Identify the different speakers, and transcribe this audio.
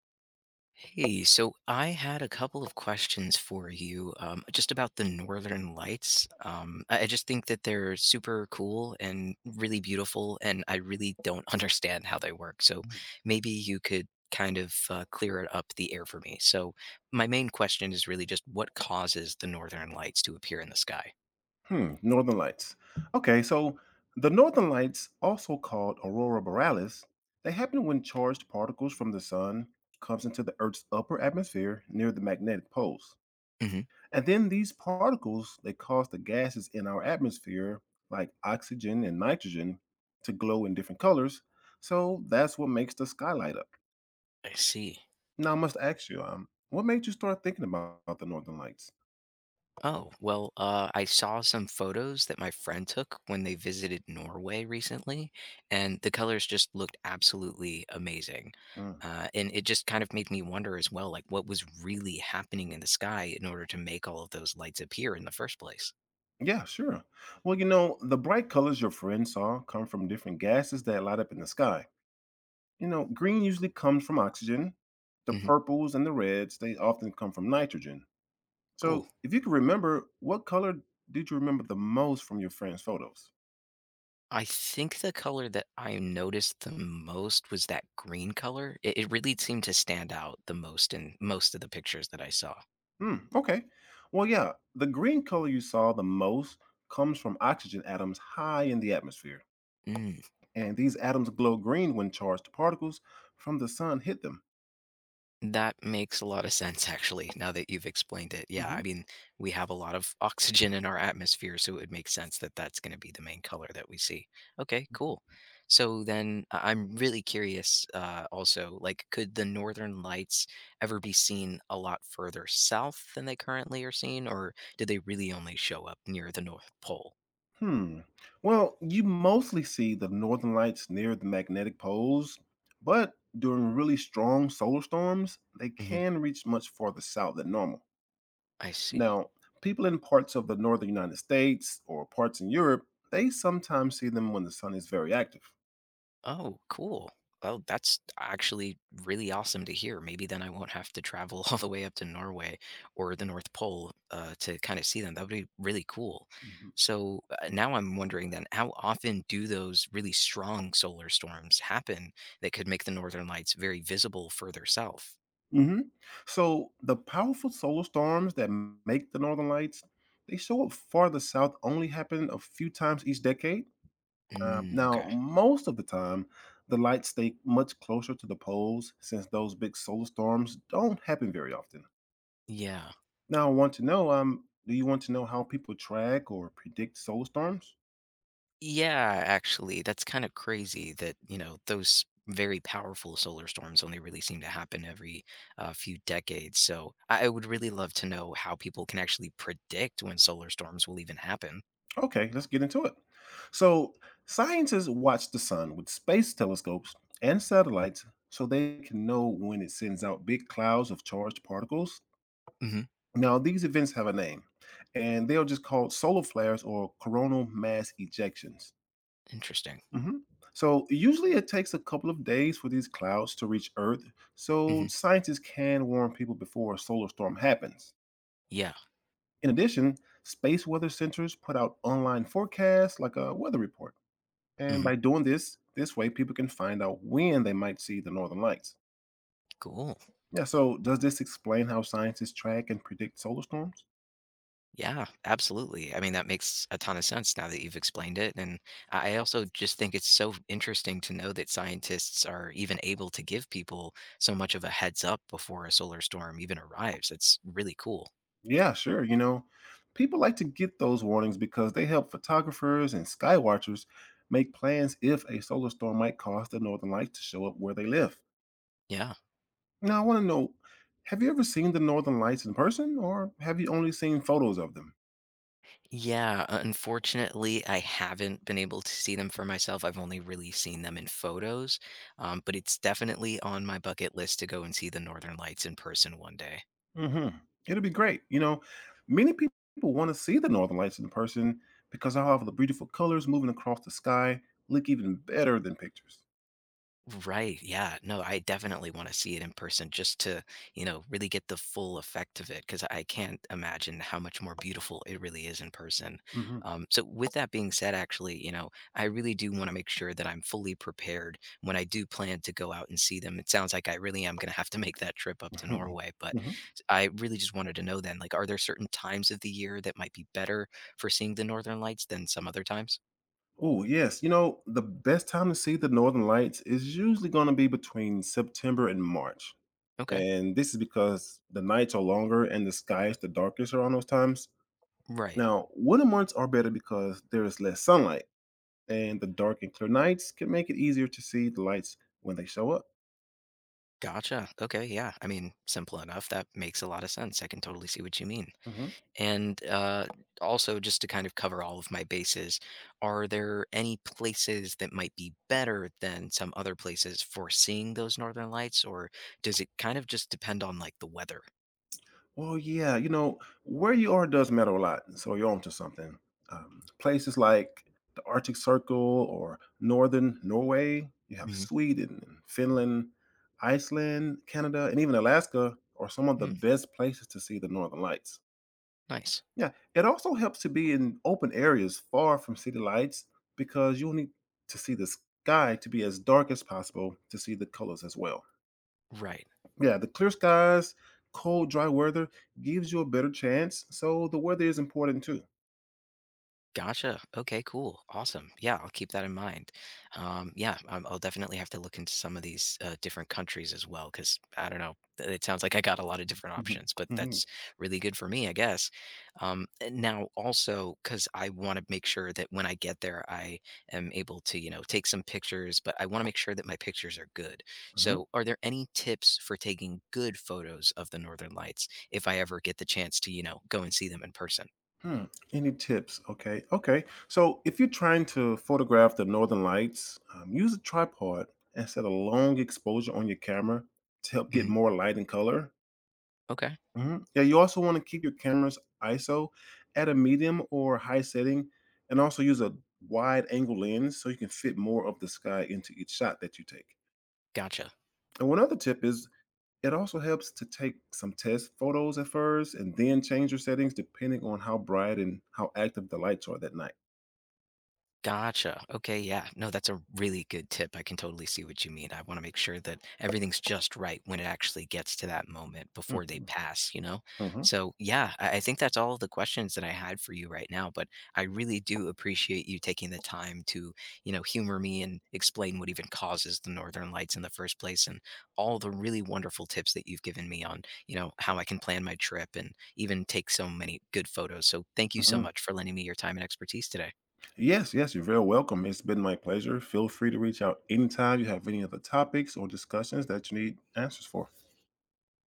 Speaker 1: Hey, so I had a couple of questions for you, just about the Northern Lights. I just think that they're super cool and really beautiful, and I really don't understand how they work. So maybe you could kind of clear it up the air for me. So my main question is really just what causes the Northern Lights to appear in the sky?
Speaker 2: Hmm, Northern Lights. Okay, so the Northern Lights, also called aurora borealis, they happen when charged particles from the sun comes into the Earth's upper atmosphere near the magnetic poles.
Speaker 1: Hmm.
Speaker 2: And then these particles, they cause the gases in our atmosphere like oxygen and nitrogen to glow in different colors. So that's what makes the sky light up.
Speaker 1: I see.
Speaker 2: Now I must ask you, what made you start thinking about the Northern Lights?
Speaker 1: Oh, well, I saw some photos that my friend took when they visited Norway recently, and the colors just looked absolutely amazing.
Speaker 2: Hmm.
Speaker 1: And it just kind of made me wonder as well, like what was really happening in the sky in order to make all of those lights appear in the first place.
Speaker 2: Yeah, sure. Well, you know, the bright colors your friend saw come from different gases that light up in the sky. You know, green usually comes from oxygen. The
Speaker 1: Hmm.
Speaker 2: purples and the reds, they often come from nitrogen.
Speaker 1: Cool.
Speaker 2: So, if you can remember, what color did you remember the most from your friend's photos?
Speaker 1: I think the color that I noticed the most was that green color. It really seemed to stand out the most in most of the pictures that I saw.
Speaker 2: Hmm, okay. Well, yeah, the green color you saw the most comes from oxygen atoms high in the atmosphere.
Speaker 1: Mm.
Speaker 2: And these atoms glow green when charged particles from the sun hit them.
Speaker 1: That makes a lot of sense, actually, now that you've explained it. Yeah,
Speaker 2: Hmm.
Speaker 1: I mean, we have a lot of oxygen in our atmosphere, so it would make sense that that's going to be the main color that we see. Okay, cool. So then I'm really curious also, like, could the northern lights ever be seen a lot further south than they currently are seen, or do they really only show up near the North Pole?
Speaker 2: Hmm. Well, you mostly see the northern lights near the magnetic poles, but during really strong solar storms, they
Speaker 1: Hmm.
Speaker 2: can reach much farther south than normal.
Speaker 1: I see.
Speaker 2: Now, people in parts of the northern United States or parts in Europe, they sometimes see them when the sun is very active.
Speaker 1: Oh, cool. Well, that's actually really awesome to hear. Maybe then I won't have to travel all the way up to Norway or the North Pole to kind of see them. That would be really cool.
Speaker 2: Hmm
Speaker 1: So now I'm wondering then, how often do those really strong solar storms happen that could make the northern lights very visible further south?
Speaker 2: hmm So, the powerful solar storms that make the northern lights, they show up farther south only happen a few times each decade.
Speaker 1: Mm, okay.
Speaker 2: Now, most of the time, the lights stay much closer to the poles since those big solar storms don't happen very often.
Speaker 1: Yeah.
Speaker 2: Now, I want to know, do you want to know how people track or predict solar storms?
Speaker 1: Yeah, actually, that's kind of crazy that, you know, those very powerful solar storms only really seem to happen every few decades. So I would really love to know how people can actually predict when solar storms will even happen.
Speaker 2: Okay, let's get into it. So, scientists watch the sun with space telescopes and satellites so they can know when it sends out big clouds of charged particles.
Speaker 1: Hmm.
Speaker 2: Now, these events have a name, and they are just called solar flares or coronal mass ejections.
Speaker 1: Interesting.
Speaker 2: Mhm. So usually it takes a couple of days for these clouds to reach Earth, so
Speaker 1: Hmm.
Speaker 2: scientists can warn people before a solar storm happens.
Speaker 1: Yeah.
Speaker 2: In addition, space weather centers put out online forecasts like a weather report. And
Speaker 1: Hmm.
Speaker 2: by doing this way people can find out when they might see the northern lights.
Speaker 1: Cool.
Speaker 2: Yeah, so does this explain how scientists track and predict solar storms?
Speaker 1: Yeah, absolutely. I mean, that makes a ton of sense now that you've explained it. And I also just think it's so interesting to know that scientists are even able to give people so much of a heads up before a solar storm even arrives. It's really cool.
Speaker 2: Yeah, sure. You know, people like to get those warnings because they help photographers and sky watchers make plans if a solar storm might cause the northern lights to show up where they live.
Speaker 1: Yeah.
Speaker 2: Now, I want to know, have you ever seen the northern lights in person or have you only seen photos of them?
Speaker 1: Yeah. Unfortunately, I haven't been able to see them for myself. I've only really seen them in photos, but it's definitely on my bucket list to go and see the Northern Lights in person one day.
Speaker 2: Hmm It'll be great. You know, many people want to see the northern lights in person because of all the beautiful colors moving across the sky look even better than pictures.
Speaker 1: Right. Yeah. No, I definitely want to see it in person just to, you know, really get the full effect of it because I can't imagine how much more beautiful it really is in person.
Speaker 2: Hmm
Speaker 1: So, with that being said, actually, you know, I really do want to make sure that I'm fully prepared when I do plan to go out and see them. It sounds like I really am going to have to make that trip up to Norway, but I really just wanted to know then, like, are there certain times of the year that might be better for seeing the Northern Lights than some other times?
Speaker 2: Oh, yes. You know, the best time to see the northern lights is usually going to be between September and March.
Speaker 1: Okay.
Speaker 2: And this is because the nights are longer and the sky is the darkest around those times.
Speaker 1: Right.
Speaker 2: Now, winter months are better because there is less sunlight, and the dark and clear nights can make it easier to see the lights when they show up.
Speaker 1: Gotcha. Okay. Yeah. I mean, simple enough. That makes a lot of sense. I can totally see what you mean.
Speaker 2: Mhm.
Speaker 1: And also, just to kind of cover all of my bases, are there any places that might be better than some other places for seeing those northern lights, or does it kind of just depend on like the weather?
Speaker 2: Well, yeah, you know, where you are does matter a lot. So you're onto something. Places like the Arctic Circle or northern Norway, you have
Speaker 1: Mm-hmm.
Speaker 2: Sweden and Finland, Iceland, Canada, and even Alaska are some of the
Speaker 1: Hmm.
Speaker 2: best places to see the northern lights.
Speaker 1: Nice.
Speaker 2: Yeah, it also helps to be in open areas far from city lights because you'll need to see the sky to be as dark as possible to see the colors as well.
Speaker 1: Right.
Speaker 2: Yeah, the clear skies, cold, dry weather gives you a better chance. So the weather is important too.
Speaker 1: Gotcha. Okay, cool. Awesome. Yeah, I'll keep that in mind. Yeah, I'll definitely have to look into some of these different countries as well because I don't know. It sounds like I got a lot of different
Speaker 2: Mhm,
Speaker 1: options, but
Speaker 2: mhm,
Speaker 1: that's really good for me, I guess. And now, also, because I want to make sure that when I get there, I am able to, you know, take some pictures, but I want to make sure that my pictures are good.
Speaker 2: mhm.
Speaker 1: So, are there any tips for taking good photos of the Northern Lights if I ever get the chance to, you know, go and see them in person?
Speaker 2: Hmm. Any tips? Okay. Okay. So if you're trying to photograph the northern lights, use a tripod and set a long exposure on your camera to help get
Speaker 1: Hmm.
Speaker 2: more light and color.
Speaker 1: Okay,
Speaker 2: Mhm. Yeah, you also want to keep your camera's ISO at a medium or high setting and also use a wide angle lens so you can fit more of the sky into each shot that you take.
Speaker 1: gotcha.
Speaker 2: And one other tip is, it also helps to take some test photos at first and then change your settings depending on how bright and how active the lights are that night.
Speaker 1: Gotcha. Okay, yeah. No, that's a really good tip. I can totally see what you mean. I want to make sure that everything's just right when it actually gets to that moment before they
Speaker 2: Mhm,
Speaker 1: pass, you know?
Speaker 2: mhm,
Speaker 1: So, yeah, I think that's all the questions that I had for you right now, but I really do appreciate you taking the time to, you know, humor me and explain what even causes the northern lights in the first place and all the really wonderful tips that you've given me on, you know, how I can plan my trip and even take so many good photos. So, thank you so
Speaker 2: mhm.
Speaker 1: much for lending me your time and expertise today.
Speaker 2: Yes, yes, you're very welcome. It's been my pleasure. Feel free to reach out anytime you have any other topics or discussions that you need answers for.